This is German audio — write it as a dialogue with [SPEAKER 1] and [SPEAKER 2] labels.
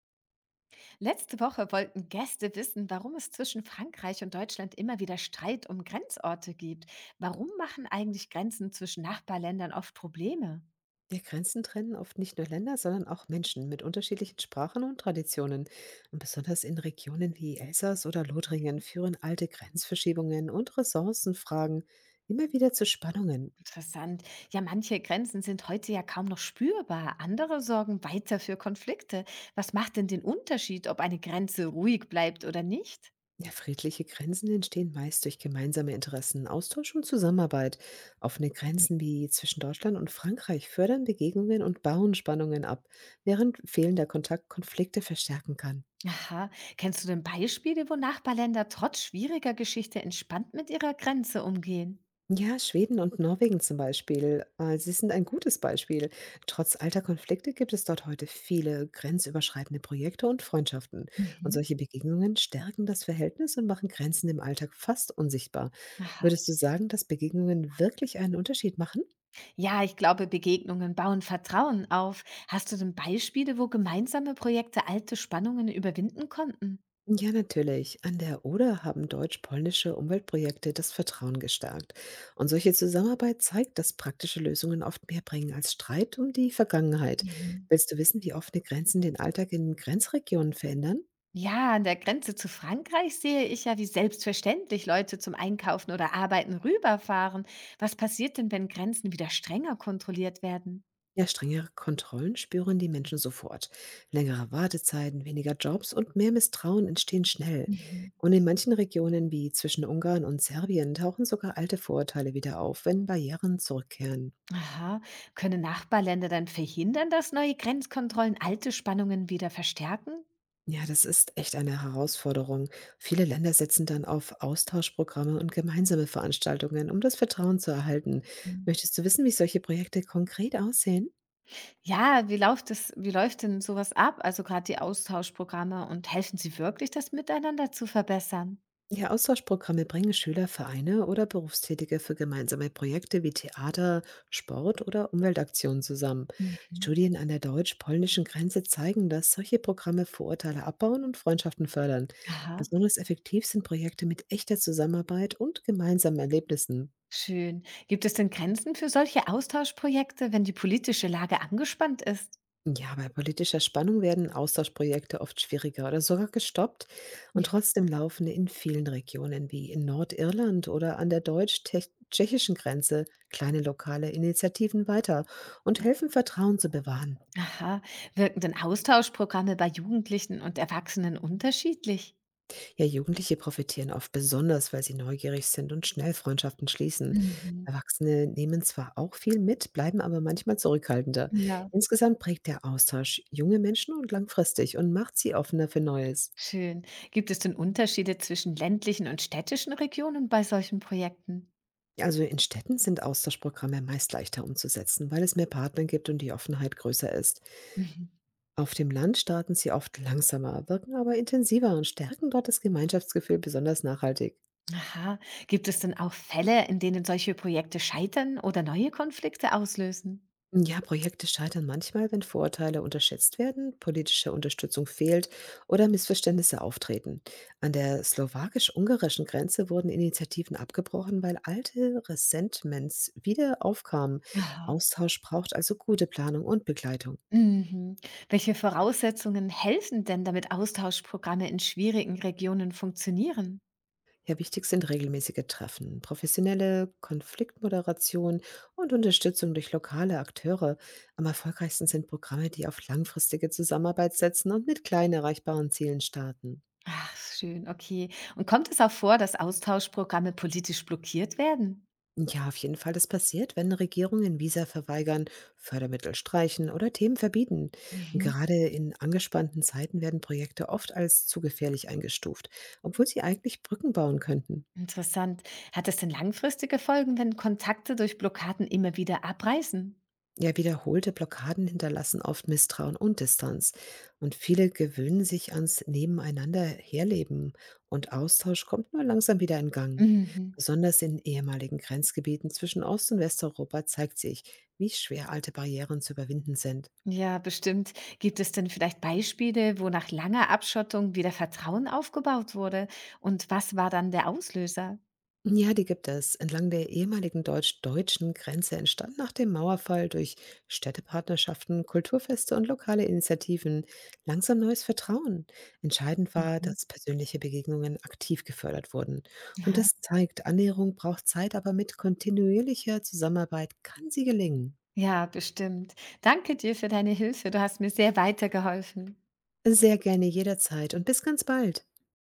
[SPEAKER 1] Letzte Woche wollten Gäste wissen, warum es zwischen Frankreich und Deutschland immer wieder Streit um Grenzorte gibt. Warum machen eigentlich Grenzen zwischen Nachbarländern oft Probleme?
[SPEAKER 2] Ja, Grenzen trennen oft nicht nur Länder, sondern auch Menschen mit unterschiedlichen Sprachen und Traditionen. Und besonders in Regionen wie Elsass oder Lothringen führen alte Grenzverschiebungen und Ressourcenfragen immer wieder zu Spannungen.
[SPEAKER 1] Interessant. Ja, manche Grenzen sind heute ja kaum noch spürbar, andere sorgen weiter für Konflikte. Was macht denn den Unterschied, ob eine Grenze ruhig bleibt oder nicht?
[SPEAKER 2] Ja, friedliche Grenzen entstehen meist durch gemeinsame Interessen, Austausch und Zusammenarbeit. Offene Grenzen wie zwischen Deutschland und Frankreich fördern Begegnungen und bauen Spannungen ab, während fehlender Kontakt Konflikte verstärken kann.
[SPEAKER 1] Aha, kennst du denn Beispiele, wo Nachbarländer trotz schwieriger Geschichte entspannt mit ihrer Grenze umgehen?
[SPEAKER 2] Ja, Schweden und Norwegen zum Beispiel. Sie sind ein gutes Beispiel. Trotz alter Konflikte gibt es dort heute viele grenzüberschreitende Projekte und Freundschaften. Und
[SPEAKER 1] Mhm.
[SPEAKER 2] solche Begegnungen stärken das Verhältnis und machen Grenzen im Alltag fast unsichtbar.
[SPEAKER 1] Aha.
[SPEAKER 2] Würdest du sagen, dass Begegnungen wirklich einen Unterschied machen?
[SPEAKER 1] Ja, ich glaube, Begegnungen bauen Vertrauen auf. Hast du denn Beispiele, wo gemeinsame Projekte alte Spannungen überwinden konnten?
[SPEAKER 2] Ja, natürlich. An der Oder haben deutsch-polnische Umweltprojekte das Vertrauen gestärkt. Und solche Zusammenarbeit zeigt, dass praktische Lösungen oft mehr bringen als Streit um die Vergangenheit.
[SPEAKER 1] Mhm.
[SPEAKER 2] Willst du wissen, wie offene Grenzen den Alltag in Grenzregionen verändern?
[SPEAKER 1] Ja, an der Grenze zu Frankreich sehe ich ja, wie selbstverständlich Leute zum Einkaufen oder Arbeiten rüberfahren. Was passiert denn, wenn Grenzen wieder strenger kontrolliert werden?
[SPEAKER 2] Ja, strengere Kontrollen spüren die Menschen sofort. Längere Wartezeiten, weniger Jobs und mehr Misstrauen entstehen schnell.
[SPEAKER 1] Mhm.
[SPEAKER 2] Und in manchen Regionen wie zwischen Ungarn und Serbien tauchen sogar alte Vorurteile wieder auf, wenn Barrieren zurückkehren.
[SPEAKER 1] Aha, können Nachbarländer dann verhindern, dass neue Grenzkontrollen alte Spannungen wieder verstärken?
[SPEAKER 2] Ja, das ist echt eine Herausforderung. Viele Länder setzen dann auf Austauschprogramme und gemeinsame Veranstaltungen, um das Vertrauen zu erhalten. Möchtest du wissen, wie solche Projekte konkret aussehen?
[SPEAKER 1] Ja, wie läuft denn sowas ab? Also, gerade die Austauschprogramme und helfen sie wirklich, das Miteinander zu verbessern?
[SPEAKER 2] Ja, Austauschprogramme bringen Schüler, Vereine oder Berufstätige für gemeinsame Projekte wie Theater, Sport oder Umweltaktionen zusammen.
[SPEAKER 1] Mhm.
[SPEAKER 2] Studien an der deutsch-polnischen Grenze zeigen, dass solche Programme Vorurteile abbauen und Freundschaften fördern.
[SPEAKER 1] Aha,
[SPEAKER 2] Besonders effektiv sind Projekte mit echter Zusammenarbeit und gemeinsamen Erlebnissen.
[SPEAKER 1] schön. Gibt es denn Grenzen für solche Austauschprojekte, wenn die politische Lage angespannt ist?
[SPEAKER 2] Ja, bei politischer Spannung werden Austauschprojekte oft schwieriger oder sogar gestoppt und trotzdem laufen in vielen Regionen wie in Nordirland oder an der deutsch-tschechischen Grenze kleine lokale Initiativen weiter und helfen Vertrauen zu bewahren.
[SPEAKER 1] Aha, wirken denn Austauschprogramme bei Jugendlichen und Erwachsenen unterschiedlich?
[SPEAKER 2] Ja, Jugendliche profitieren oft besonders, weil sie neugierig sind und schnell Freundschaften schließen.
[SPEAKER 1] Mhm.
[SPEAKER 2] Erwachsene nehmen zwar auch viel mit, bleiben aber manchmal zurückhaltender.
[SPEAKER 1] Ja,
[SPEAKER 2] Insgesamt prägt der Austausch junge Menschen und langfristig und macht sie offener für Neues.
[SPEAKER 1] schön. Gibt es denn Unterschiede zwischen ländlichen und städtischen Regionen bei solchen Projekten?
[SPEAKER 2] Also in Städten sind Austauschprogramme meist leichter umzusetzen, weil es mehr Partner gibt und die Offenheit größer ist.
[SPEAKER 1] Mhm.
[SPEAKER 2] Auf dem Land starten sie oft langsamer, wirken aber intensiver und stärken dort das Gemeinschaftsgefühl besonders nachhaltig.
[SPEAKER 1] Aha. Gibt es denn auch Fälle, in denen solche Projekte scheitern oder neue Konflikte auslösen?
[SPEAKER 2] Ja, Projekte scheitern manchmal, wenn Vorurteile unterschätzt werden, politische Unterstützung fehlt oder Missverständnisse auftreten. An der slowakisch-ungarischen Grenze wurden Initiativen abgebrochen, weil alte Resentments wieder aufkamen.
[SPEAKER 1] Aha.
[SPEAKER 2] Austausch braucht also gute Planung und Begleitung.
[SPEAKER 1] Mhm. Welche Voraussetzungen helfen denn, damit Austauschprogramme in schwierigen Regionen funktionieren?
[SPEAKER 2] Ja, wichtig sind regelmäßige Treffen, professionelle Konfliktmoderation und Unterstützung durch lokale Akteure. Am erfolgreichsten sind Programme, die auf langfristige Zusammenarbeit setzen und mit kleinen erreichbaren Zielen starten.
[SPEAKER 1] Ach, schön, okay. Und kommt es auch vor, dass Austauschprogramme politisch blockiert werden?
[SPEAKER 2] Ja, auf jeden Fall, das passiert, wenn Regierungen Visa verweigern, Fördermittel streichen oder Themen verbieten. Und
[SPEAKER 1] Mhm.
[SPEAKER 2] gerade in angespannten Zeiten werden Projekte oft als zu gefährlich eingestuft, obwohl sie eigentlich Brücken bauen könnten.
[SPEAKER 1] Interessant. Hat es denn langfristige Folgen, wenn Kontakte durch Blockaden immer wieder abreißen?
[SPEAKER 2] Ja, wiederholte Blockaden hinterlassen oft Misstrauen und Distanz. Und viele gewöhnen sich ans Nebeneinander herleben und Austausch kommt nur langsam wieder in Gang.
[SPEAKER 1] Mhm.
[SPEAKER 2] Besonders in ehemaligen Grenzgebieten zwischen Ost- und Westeuropa zeigt sich, wie schwer alte Barrieren zu überwinden sind.
[SPEAKER 1] Ja, bestimmt. Gibt es denn vielleicht Beispiele, wo nach langer Abschottung wieder Vertrauen aufgebaut wurde? Und was war dann der Auslöser?
[SPEAKER 2] Ja, die gibt es. Entlang der ehemaligen deutsch-deutschen Grenze entstand nach dem Mauerfall durch Städtepartnerschaften, Kulturfeste und lokale Initiativen langsam neues Vertrauen. Entscheidend war,
[SPEAKER 1] Mhm.
[SPEAKER 2] dass persönliche Begegnungen aktiv gefördert wurden. Und
[SPEAKER 1] Aha.
[SPEAKER 2] das zeigt, Annäherung braucht Zeit, aber mit kontinuierlicher Zusammenarbeit kann sie gelingen.
[SPEAKER 1] Ja, bestimmt. Danke dir für deine Hilfe. Du hast mir sehr weitergeholfen.
[SPEAKER 2] Sehr gerne jederzeit und bis ganz bald.